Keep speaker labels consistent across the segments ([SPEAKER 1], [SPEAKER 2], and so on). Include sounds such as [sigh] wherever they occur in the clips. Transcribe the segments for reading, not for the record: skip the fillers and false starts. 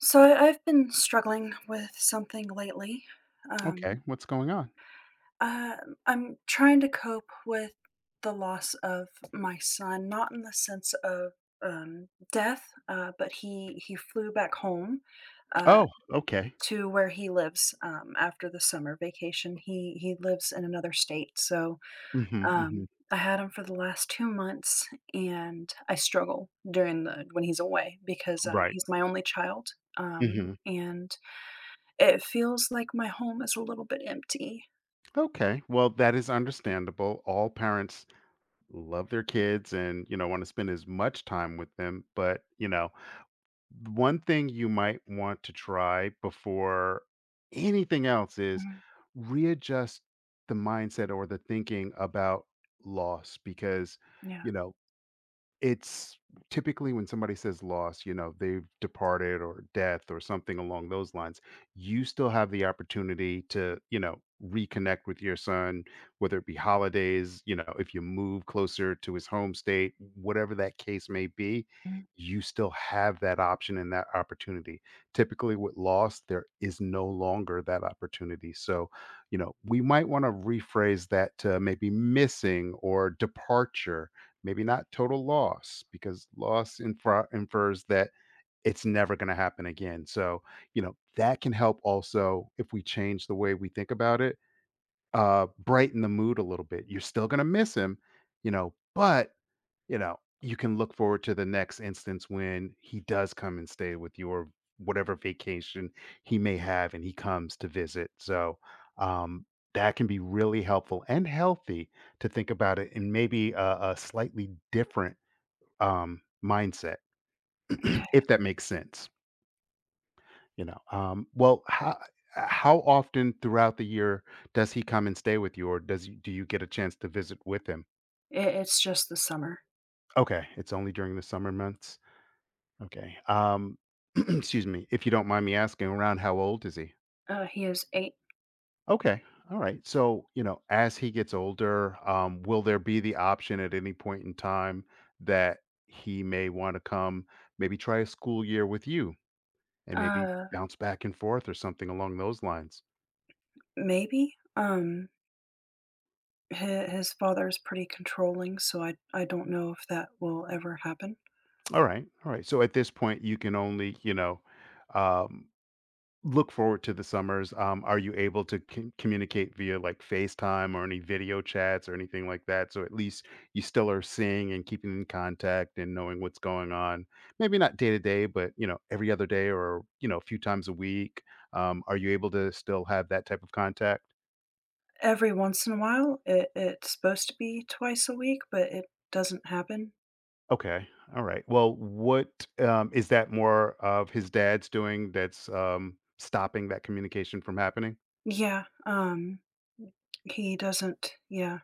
[SPEAKER 1] So I've been struggling with something lately. Um,
[SPEAKER 2] Okay, what's going on?
[SPEAKER 1] uh, I'm trying to cope with the loss of my son, not in the sense of death, but he flew back home uh,
[SPEAKER 2] Oh, okay.
[SPEAKER 1] to where he lives after the summer vacation. He lives in another state, so
[SPEAKER 2] Mhm,
[SPEAKER 1] um,
[SPEAKER 2] mhm.
[SPEAKER 1] I had him for the last 2 months, and I struggle during the when he's away because
[SPEAKER 2] Right.
[SPEAKER 1] he's my only child. Um,
[SPEAKER 2] Mhm.
[SPEAKER 1] and it feels like my home is a little bit empty.
[SPEAKER 2] Okay, well, that is understandable. All parents love their kids and, wanna spend as much time with them, but, one thing you might want to try before anything else is
[SPEAKER 1] Mhm.
[SPEAKER 2] readjust the mindset or the thinking about loss because,
[SPEAKER 1] Yeah.
[SPEAKER 2] you know it's typically when somebody says loss, they've departed or death or something along those lines. You still have the opportunity to, reconnect with your son, whether it be holidays, if you move closer to his home state, whatever that case may be,
[SPEAKER 1] Mhm.
[SPEAKER 2] you still have that option and that opportunity. Typically with loss, there is no longer that opportunity. So, we might want to rephrase that to maybe missing or departure. Maybe not total loss because loss infra infers that it's never going to happen again. So, that can help also if we change the way we think about it, brighten the mood a little bit. You're still going to miss him, but, you can look forward to the next instance when he does come and stay with you or whatever vacation he may have and he comes to visit. So, um, that can be really helpful and healthy to think about it in maybe a slightly different mindset, [clears throat]
[SPEAKER 1] Okay.
[SPEAKER 2] if that makes sense. Well, how often throughout the year does he come and stay with you, or do you get a chance to visit with him?
[SPEAKER 1] I It's just the summer.
[SPEAKER 2] Okay, it's only during the summer months. Okay. [clears throat] Excuse me, if you don't mind me asking, around how old is he?
[SPEAKER 1] He is 8.
[SPEAKER 2] Okay. All right. So, as he gets older, will there be the option at any point in time that he may want to come, maybe try a school year with you? And maybe
[SPEAKER 1] Uh,
[SPEAKER 2] bounce back and forth or something along those lines.
[SPEAKER 1] Maybe? Hi his father is pretty controlling, so I don't know if that will ever happen.
[SPEAKER 2] All right, all right. So at this point, you can only, um, look forward to the summers. Are you able to communicate via like FaceTime or any video chats or anything like that? So at least you still are seeing and keeping in contact and knowing what's going on. Maybe not day to day, but every other day or a few times a week. Are you able to still have that type of contact?
[SPEAKER 1] Every once in a while, it's supposed to be twice a week, but it doesn't happen.
[SPEAKER 2] Okay. All right. Well, what is that more of his dad's doing that's stopping that communication from happening?
[SPEAKER 1] Yeah, he doesn't. Yeah.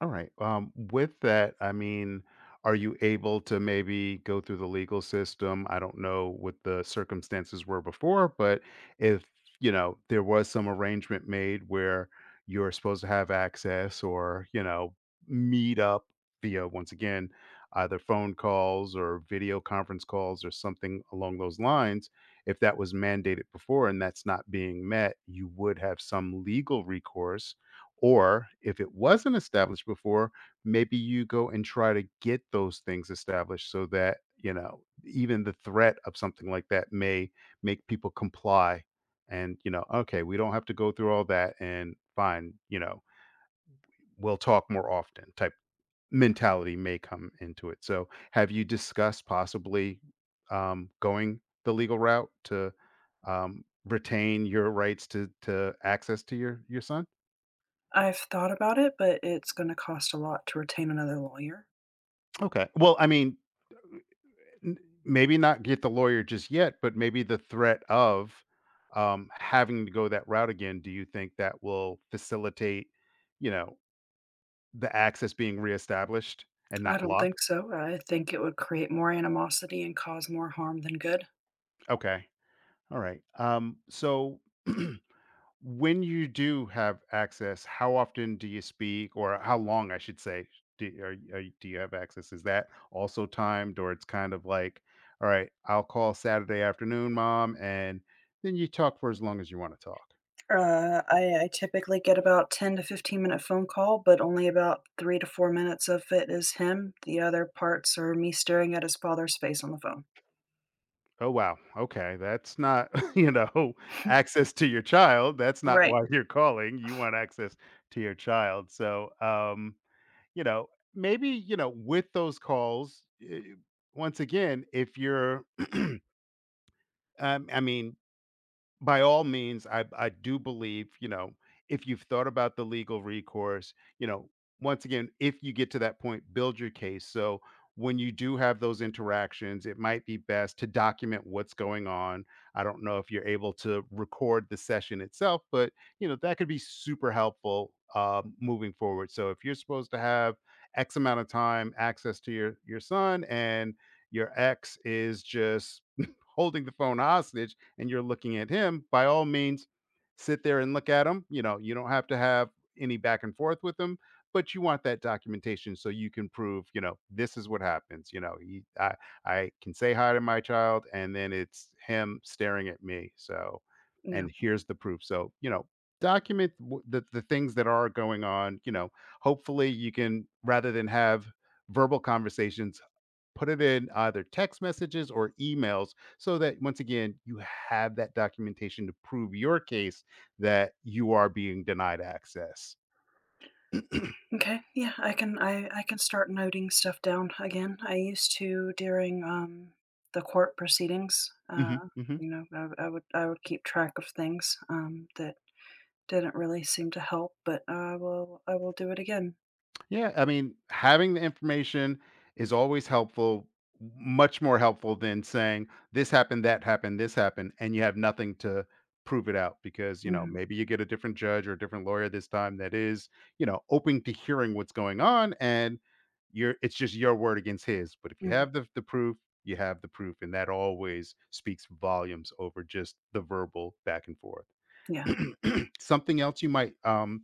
[SPEAKER 2] All right. With that, I mean, are you able to maybe go through the legal system? I don't know what the circumstances were before, but if, there was some arrangement made where you're supposed to have access or, meet up via, once again, either phone calls or video conference calls or something along those lines, if that was mandated before and that's not being met, you would have some legal recourse, or if it wasn't established before, maybe you go and try to get those things established so that, even the threat of something like that may make people comply and, okay, we don't have to go through all that and fine, we'll talk more often type mentality may come into it. So, have you discussed possibly going the legal route to retain your rights to access to your son?
[SPEAKER 1] I've thought about it, but it's gonna cost a lot to retain another lawyer.
[SPEAKER 2] Okay. Well, I mean, N maybe not get the lawyer just yet, but maybe the threat of, having to go that route again, do you think that will facilitate, you know, the access being reestablished and
[SPEAKER 1] I
[SPEAKER 2] not
[SPEAKER 1] don't think
[SPEAKER 2] blocked?
[SPEAKER 1] so. I think it would create more animosity and cause more harm than good.
[SPEAKER 2] Okay. All right. So [clears throat] when you do have access, how often do you speak, or how long, I should say, do, are, y- do you have access? Is that also timed, or it's kind of like, all right, I'll call Saturday afternoon, mom, and then you talk for as long as you want to talk.
[SPEAKER 1] I typically get about 10 to 15 minute phone call, but only about 3 to 4 minutes of it is him. The other parts are me staring at his father's face on the phone.
[SPEAKER 2] Oh wow, okay, that's not [laughs] you know
[SPEAKER 1] [laughs]
[SPEAKER 2] access to your child. That's not
[SPEAKER 1] Right.
[SPEAKER 2] why you're calling. You want access to your child. So, you know, maybe with those calls. Once again, if you're I mean, by all means, I do believe, if you've thought about the legal recourse, you know, once again, if you get to that point, build your case. So when you do have those interactions, it might be best to document what's going on. I don't know if you're able to record the session itself, but that could be super helpful moving forward. So if you're supposed to have X amount of time access to your son, and your ex is just [laughs] holding the phone hostage, and you're looking at him, by all means, sit there and look at him. You know, you don't have to have any back and forth with him, but you want that documentation so you can prove, this is what happens. You know, he, I can say hi to my child, and then it's him staring at me. So,
[SPEAKER 1] Yeah.
[SPEAKER 2] and here's the proof. So, document the things that are going on. You know, hopefully you can, rather than have verbal conversations, put it in either text messages or emails so that once again you have that documentation to prove your case that you are being denied access.
[SPEAKER 1] Okay. Yeah, I can start noting stuff down again. I used to during the court proceedings.
[SPEAKER 2] Hmm, hmm.
[SPEAKER 1] You know, I would keep track of things that didn't really seem to help, but I will do it again.
[SPEAKER 2] Yeah, I mean, having the information is always helpful, much more helpful than saying this happened, that happened, this happened, and you have nothing to prove it out because,
[SPEAKER 1] Mhm.
[SPEAKER 2] maybe you get a different judge or a different lawyer this time that is, open to hearing what's going on and you're it's just your word against his. But if you
[SPEAKER 1] Mhm.
[SPEAKER 2] have the proof, you have the proof and that always speaks volumes over just the verbal back and forth.
[SPEAKER 1] Yeah.
[SPEAKER 2] [clears throat] Something else you might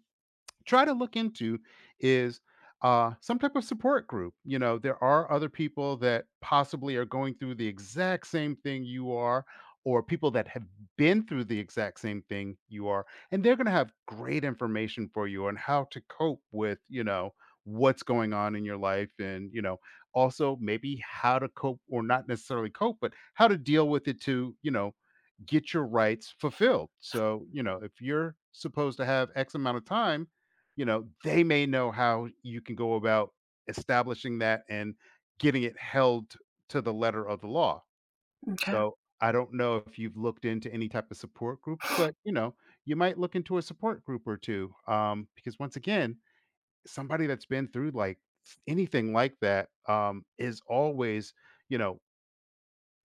[SPEAKER 2] try to look into is some type of support group. You know, there are other people that possibly are going through the exact same thing you are, or people that have been through the exact same thing you are, and they're going to have great information for you on how to cope with, what's going on in your life and also maybe how to cope or not necessarily cope but how to deal with it to get your rights fulfilled so if you're supposed to have x amount of time they may know how you can go about establishing that and getting it held to the letter of the law.
[SPEAKER 1] Okay.
[SPEAKER 2] So I don't know if you've looked into any type of support groups, but you might look into a support group or two. Because once again, somebody that's been through like anything like that is always, you know,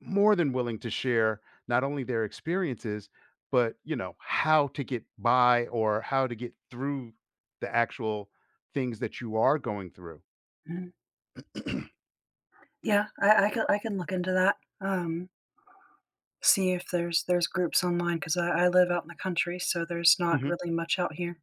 [SPEAKER 2] more than willing to share not only their experiences, but you know how to get by or how to get through the actual things that you are going through.
[SPEAKER 1] Mhm. Yeah, I can look into that, see if there's groups online 'cause I live out in the country, so there's not really much out here.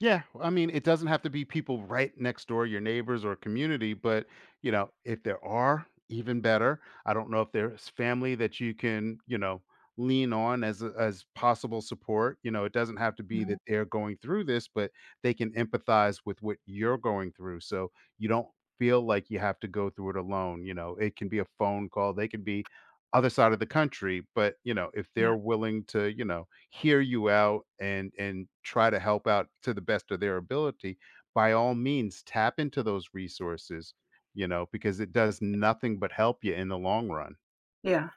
[SPEAKER 2] Yeah, well, I mean, it doesn't have to be people right next door, your neighbors or community, but if there are, even better. I don't know if there's family that you can, lean on as possible support. You know, it doesn't have to be
[SPEAKER 1] Mhm.
[SPEAKER 2] that they're going through this, but they can empathize with what you're going through. So you don't feel like you have to go through it alone. You know, it can be a phone call. They can be other side of the country, but, if
[SPEAKER 1] Yeah.
[SPEAKER 2] they're willing to, hear you out and try to help out to the best of their ability, by all means, tap into those resources, because it does nothing but help you in the long run.
[SPEAKER 1] Yeah,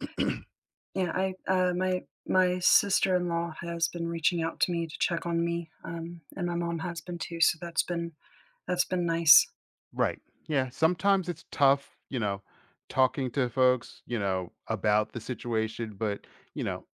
[SPEAKER 2] [clears throat]
[SPEAKER 1] yeah, I, my my sister-in-law has been reaching out to me to check on me, and my mom has been too, so that's been nice.
[SPEAKER 2] Right. Yeah. Sometimes it's tough, talking to folks, about the situation, but, you know,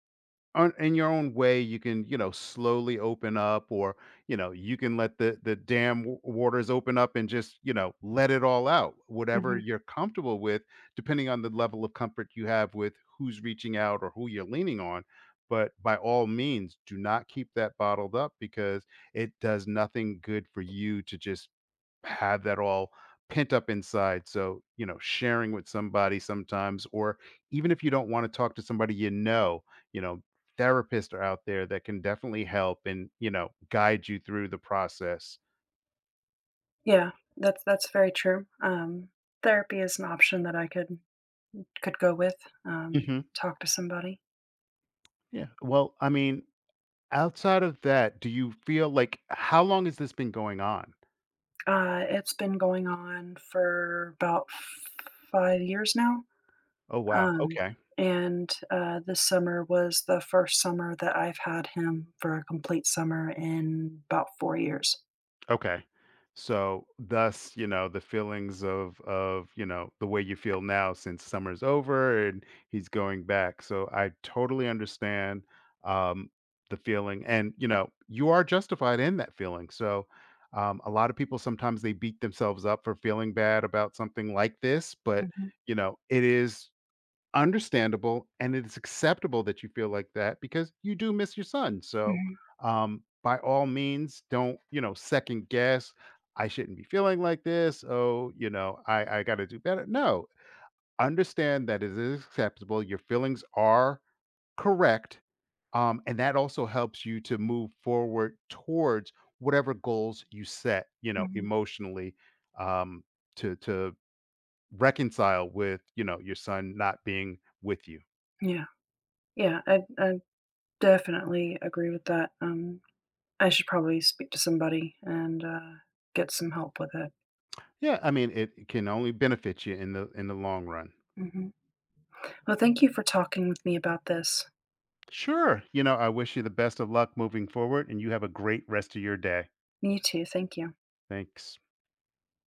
[SPEAKER 2] on in your own way you can slowly open up or you can let the dam waters open up and just let it all out whatever
[SPEAKER 1] Mhm.
[SPEAKER 2] you're comfortable with depending on the level of comfort you have with who's reaching out or who you're leaning on but by all means do not keep that bottled up because it does nothing good for you to just have that all pent up inside. So, sharing with somebody sometimes, or even if you don't want to talk to somebody you know, therapists are out there that can definitely help and, guide you through the process.
[SPEAKER 1] Yeah, that's very true. Therapy is an option that I could go with, um,
[SPEAKER 2] Hmm.
[SPEAKER 1] talk to somebody.
[SPEAKER 2] Yeah. Well, I mean, outside of that, do you feel like how long has this been going on?
[SPEAKER 1] It's been going on for about 5 years now,
[SPEAKER 2] Oh, wow.
[SPEAKER 1] um,
[SPEAKER 2] Okay.
[SPEAKER 1] and this summer was the first summer that I've had him for a complete summer in about 4 years.
[SPEAKER 2] Okay. So thus, the feelings of, the way you feel now since summer's over and he's going back. So I totally understand um the feeling and you are justified in that feeling. So a lot of people sometimes they beat themselves up for feeling bad about something like this, but
[SPEAKER 1] Mhm.
[SPEAKER 2] it is understandable, and it is acceptable that you feel like that because you do miss your son, so,
[SPEAKER 1] Mhm.
[SPEAKER 2] by all means, don't, second guess, "I shouldn't be feeling like this. Oh, I gotta do better." No, understand that it is acceptable, your feelings are correct, and that also helps you to move forward towards whatever goals you set,
[SPEAKER 1] Mhm.
[SPEAKER 2] emotionally, um, to reconcile with, your son not being with you.
[SPEAKER 1] Yeah, yeah, I definitely agree with that. I should probably speak to somebody and, get some help with it.
[SPEAKER 2] Yeah, I mean, it can only benefit you in the long run.
[SPEAKER 1] Mhm. Well, thank you for talking with me about this.
[SPEAKER 2] Sure. You know, I wish you the best of luck moving forward and you have a great rest of your day.
[SPEAKER 1] You too, thank you.
[SPEAKER 2] Thanks.